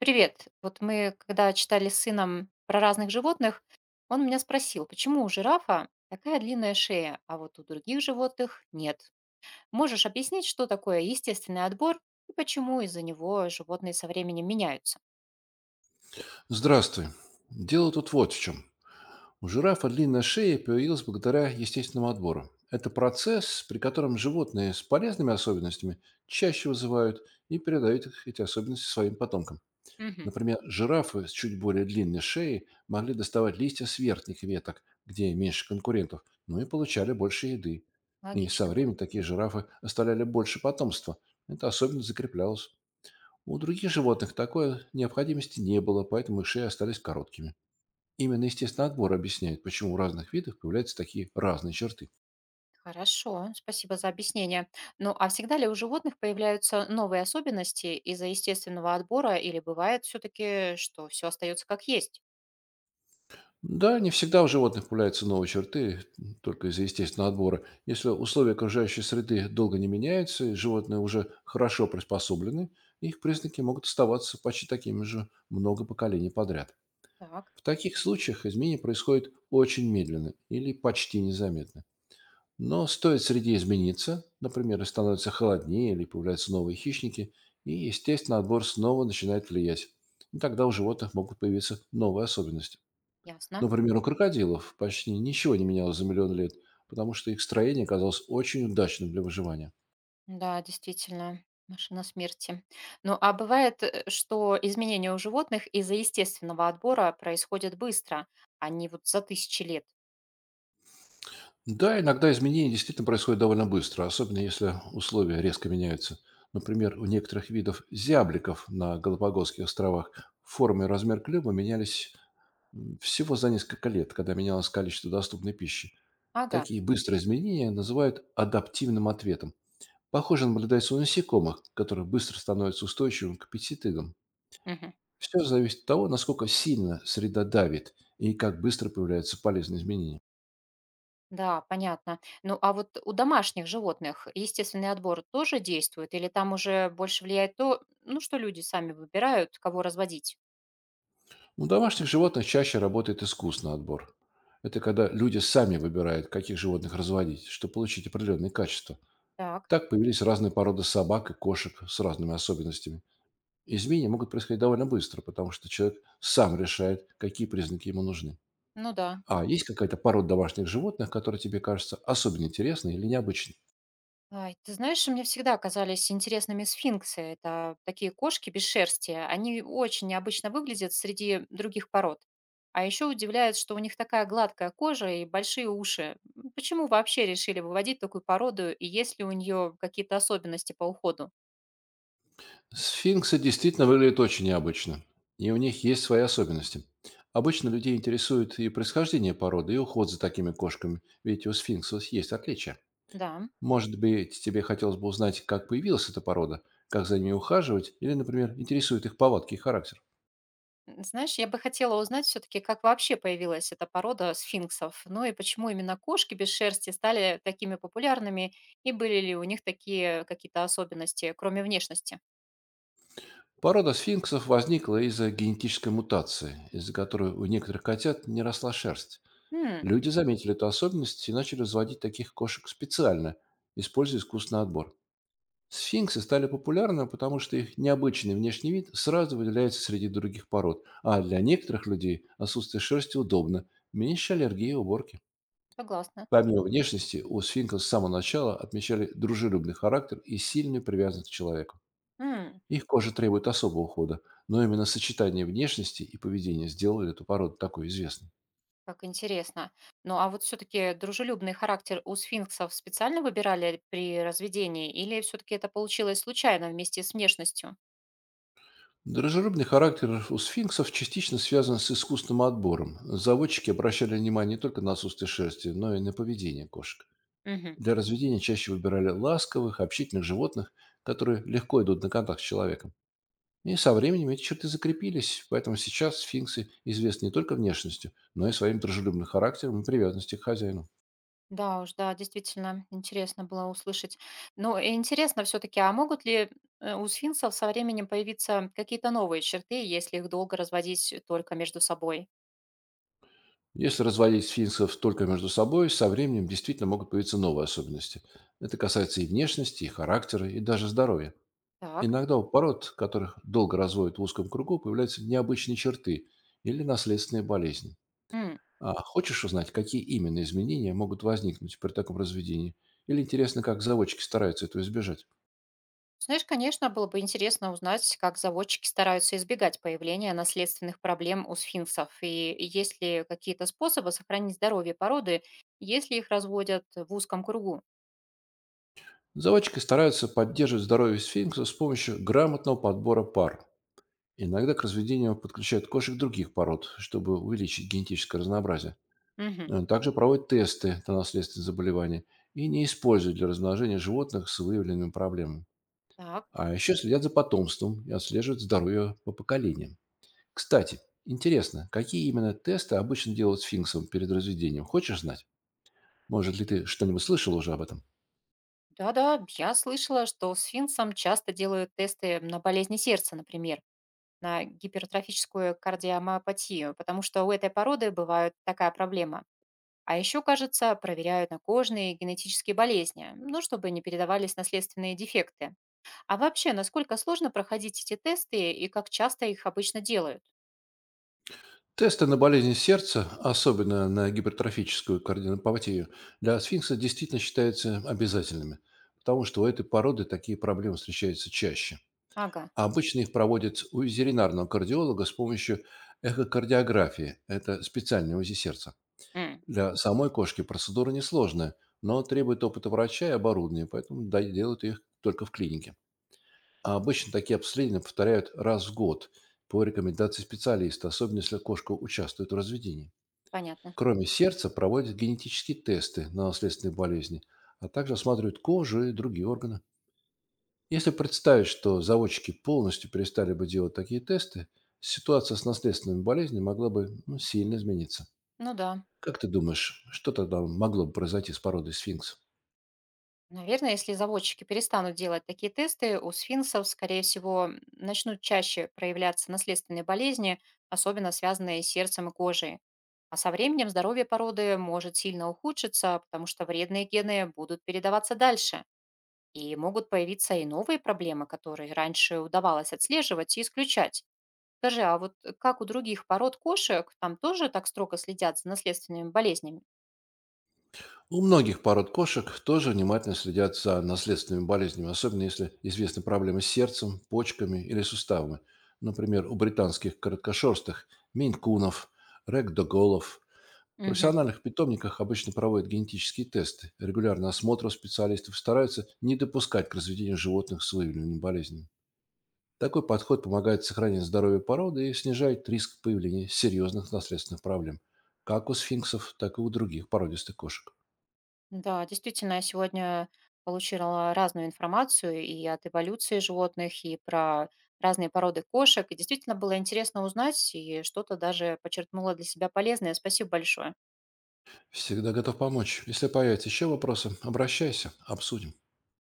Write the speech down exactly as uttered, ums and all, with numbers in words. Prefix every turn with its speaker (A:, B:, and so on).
A: Привет. Вот мы, когда читали с сыном про разных животных, он меня спросил, почему у жирафа такая длинная шея, а вот у других животных нет. Можешь объяснить, что такое естественный отбор и почему из-за него животные со временем меняются?
B: Здравствуй. Дело тут вот в чем. У жирафа длинная шея появилась благодаря естественному отбору. Это процесс, при котором животные с полезными особенностями чаще вызывают и передают их, эти особенности своим потомкам.
A: Мгм.
B: Например, жирафы с чуть более длинной шеей могли доставать листья с верхних веток, где меньше конкурентов, ну и получали больше еды. И со
A: Логично.
B: временем такие жирафы оставляли больше потомства. Это особенно закреплялось. У других животных такой необходимости не было, поэтому их шеи остались короткими. Именно естественный отбор объясняет, почему у разных видов появляются такие разные черты.
A: Хорошо, спасибо за объяснение. Ну а всегда ли у животных появляются новые особенности из-за естественного отбора или бывает все-таки, что все остается как есть?
B: Да, не всегда у животных появляются новые черты, м, только из-за естественного отбора. Если условия окружающей среды долго не меняются, и животные уже хорошо приспособлены, их признаки могут оставаться почти такими же много поколений подряд.
A: Так,
B: В таких случаях изменения происходят очень медленно или почти незаметно. Но стоит среде измениться, например, и становится холоднее или появляются новые хищники, и, естественно, отбор снова начинает влиять. И тогда у животных могут появиться новые особенности.
A: ясно.
B: Например, у крокодилов почти ничего не менялось за миллион лет, потому что их строение оказалось очень удачным для выживания.
A: Да, действительно, машина смерти. Ну, а бывает, э, что изменения у животных из-за естественного отбора происходят быстро, а не вот за тысячи лет.
B: Да, иногда изменения действительно происходят довольно быстро, особенно если условия резко меняются. Например, у некоторых видов зябликов на Галапагосских островах форма и размер клюва менялись М, всего за несколько лет, когда менялось количество доступной пищи,
A: Ага.
B: такие быстрые изменения называют адаптивным ответом. Похоже, наблюдается у насекомых, которые быстро становятся устойчивым к пестицидам.
A: Мгм.
B: Все зависит от того, насколько сильно среда давит и как быстро появляются полезные изменения.
A: Да, понятно. Ну, а вот у домашних животных естественный отбор тоже действует, или там уже больше влияет то, ну, что люди сами выбирают, кого разводить?
B: У домашних животных чаще работает искусный отбор. Это когда люди сами выбирают, каких животных разводить, чтобы получить определенные качества.
A: Так,
B: Так появились разные породы собак и кошек с разными особенностями. Изменения могут происходить довольно быстро, потому что человек сам решает, какие признаки ему нужны.
A: ну да.
B: А есть какая-то порода домашних животных, которая тебе кажется особенно интересной или необычной?
A: Ай, ты знаешь, мне всегда казались интересными сфинксы. Это такие кошки без шерсти. Они очень необычно выглядят среди других пород. А еще удивляет, что у них такая гладкая кожа и большие уши. М, Почему вообще решили выводить такую породу, и есть ли у нее какие-то особенности по уходу?
B: Сфинксы действительно выглядят очень необычно, и у них есть свои особенности. Обычно людей интересует и происхождение породы, и уход за такими кошками, ведь у сфинксов есть отличия.
A: Да.
B: Может быть, тебе хотелось бы узнать, как появилась эта порода, как за ними ухаживать, или, например, интересует их повадки и характер.
A: М, Знаешь, я бы хотела узнать все-таки, как вообще появилась эта порода сфинксов, ну и почему именно кошки без шерсти стали такими популярными, и были ли у них такие какие-то особенности, кроме внешности.
B: Порода сфинксов возникла из-за генетической мутации, из-за которой у некоторых котят не росла шерсть.
A: М.
B: Люди заметили эту особенность и начали разводить таких кошек специально, используя искусственный отбор. Сфинксы стали популярны, потому что их необычный внешний вид сразу выделяется среди других пород, а для некоторых людей отсутствие шерсти удобно, меньше аллергии и уборки.
A: Согласна.
B: Помимо внешности, у сфинксов с самого начала отмечали дружелюбный характер и сильную привязанность к человеку.
A: М,
B: Их кожа требует особого ухода, но именно сочетание внешности и поведения сделали эту породу такой известной.
A: как интересно. Ну, а вот все-таки дружелюбный характер у сфинксов специально выбирали при разведении, или все-таки это получилось случайно вместе с внешностью?
B: Дружелюбный характер у сфинксов частично связан с искусственным отбором. Заводчики обращали внимание не только на отсутствие шерсти, но и на поведение кошек.
A: Мгм.
B: Для разведения чаще выбирали ласковых, общительных животных, которые легко идут на контакт с человеком. И со временем эти черты закрепились, поэтому сейчас сфинксы известны не только внешностью, но и своим дружелюбным характером и привязанностью к хозяину.
A: Да уж, да, действительно, интересно было услышать. Ну, и интересно все-таки, а могут ли э, у сфинксов со временем появиться какие-то новые черты, если их долго разводить только между собой?
B: Если разводить сфинксов только между собой, со временем действительно могут появиться новые особенности. Это касается и внешности, и характера, и даже здоровья.
A: Так.
B: Иногда у пород, которых долго разводят в узком кругу, появляются необычные черты или наследственные болезни. А хочешь узнать, какие именно изменения могут возникнуть при таком разведении? Или интересно, как заводчики стараются этого избежать?
A: Знаешь, конечно, было бы интересно узнать, как заводчики стараются избегать появления наследственных проблем у сфинксов, и есть ли какие-то способы сохранить здоровье породы, если их разводят в узком кругу.
B: Заводчики стараются поддерживать здоровье сфинкса с помощью грамотного подбора пар. Иногда к разведению подключают кошек других пород, чтобы увеличить генетическое разнообразие.
A: Мгм.
B: Э, Также проводят тесты на наследственные заболевания и не используют для размножения животных с выявленными проблемами.
A: Так,
B: А еще следят за потомством и отслеживают здоровье по поколениям. Кстати, интересно, какие именно тесты обычно делают сфинксом перед разведением? Хочешь знать? Может ли ты что-нибудь слышал уже об этом?
A: да-да, я слышала, что сфинксам часто делают тесты на болезни сердца, например, на гипертрофическую кардиомиопатию, потому что у этой породы бывает такая проблема. А еще, кажется, проверяют на кожные и генетические болезни, ну, чтобы не передавались наследственные дефекты. А вообще, насколько сложно проходить эти тесты и как часто их обычно делают?
B: Тесты на болезни сердца, особенно на гипертрофическую кардиопатию, для сфинкса действительно считаются обязательными, потому что у этой породы такие проблемы встречаются чаще.
A: Ага,
B: А обычно их проводят у ветеринарного кардиолога с помощью эхокардиографии, это специальное УЗИ сердца.
A: м,
B: Для самой кошки процедура несложная, но требует опыта врача и оборудования, поэтому да- делают их только в клинике. А обычно такие обследования повторяют раз в год по рекомендации специалиста, особенно если кошка участвует в разведении.
A: понятно.
B: Кроме сердца проводят генетические тесты на наследственные болезни, а также осматривают кожу и другие органы. Если представить, что заводчики полностью перестали бы делать такие тесты, ситуация с наследственными болезнями могла бы, ну, сильно измениться.
A: Ну да.
B: Как ты думаешь, что тогда могло бы произойти с породой сфинкс?
A: Наверное, если заводчики перестанут делать такие тесты, у сфинксов, скорее всего, м, начнут чаще проявляться наследственные болезни, особенно связанные с сердцем и кожей. А со временем здоровье породы может сильно ухудшиться, потому что вредные гены будут передаваться дальше. И могут появиться и новые проблемы, которые раньше удавалось отслеживать и исключать. Скажи, а вот э, как у других пород кошек, там тоже так строго следят за наследственными болезнями?
B: У многих пород кошек тоже внимательно следят за наследственными болезнями, особенно если известны проблемы с сердцем, почками или суставами. Например, у британских короткошерстых, минькунов, рэгдоголов. В
A: Мгм.
B: профессиональных питомниках обычно проводят генетические тесты, регулярный осмотр у специалистов, стараются не допускать к разведению животных с выявленными болезнями. Такой подход помогает сохранить здоровье породы и снижает риск появления серьезных наследственных проблем, как у сфинксов, так и у других породистых кошек.
A: Да, действительно, я сегодня получила разную информацию и от эволюции животных, и про разные породы кошек. И действительно было интересно узнать, и что-то даже почерпнула для себя полезное. Спасибо большое.
B: Всегда готов помочь. Если появятся еще вопросы, обращайся, обсудим.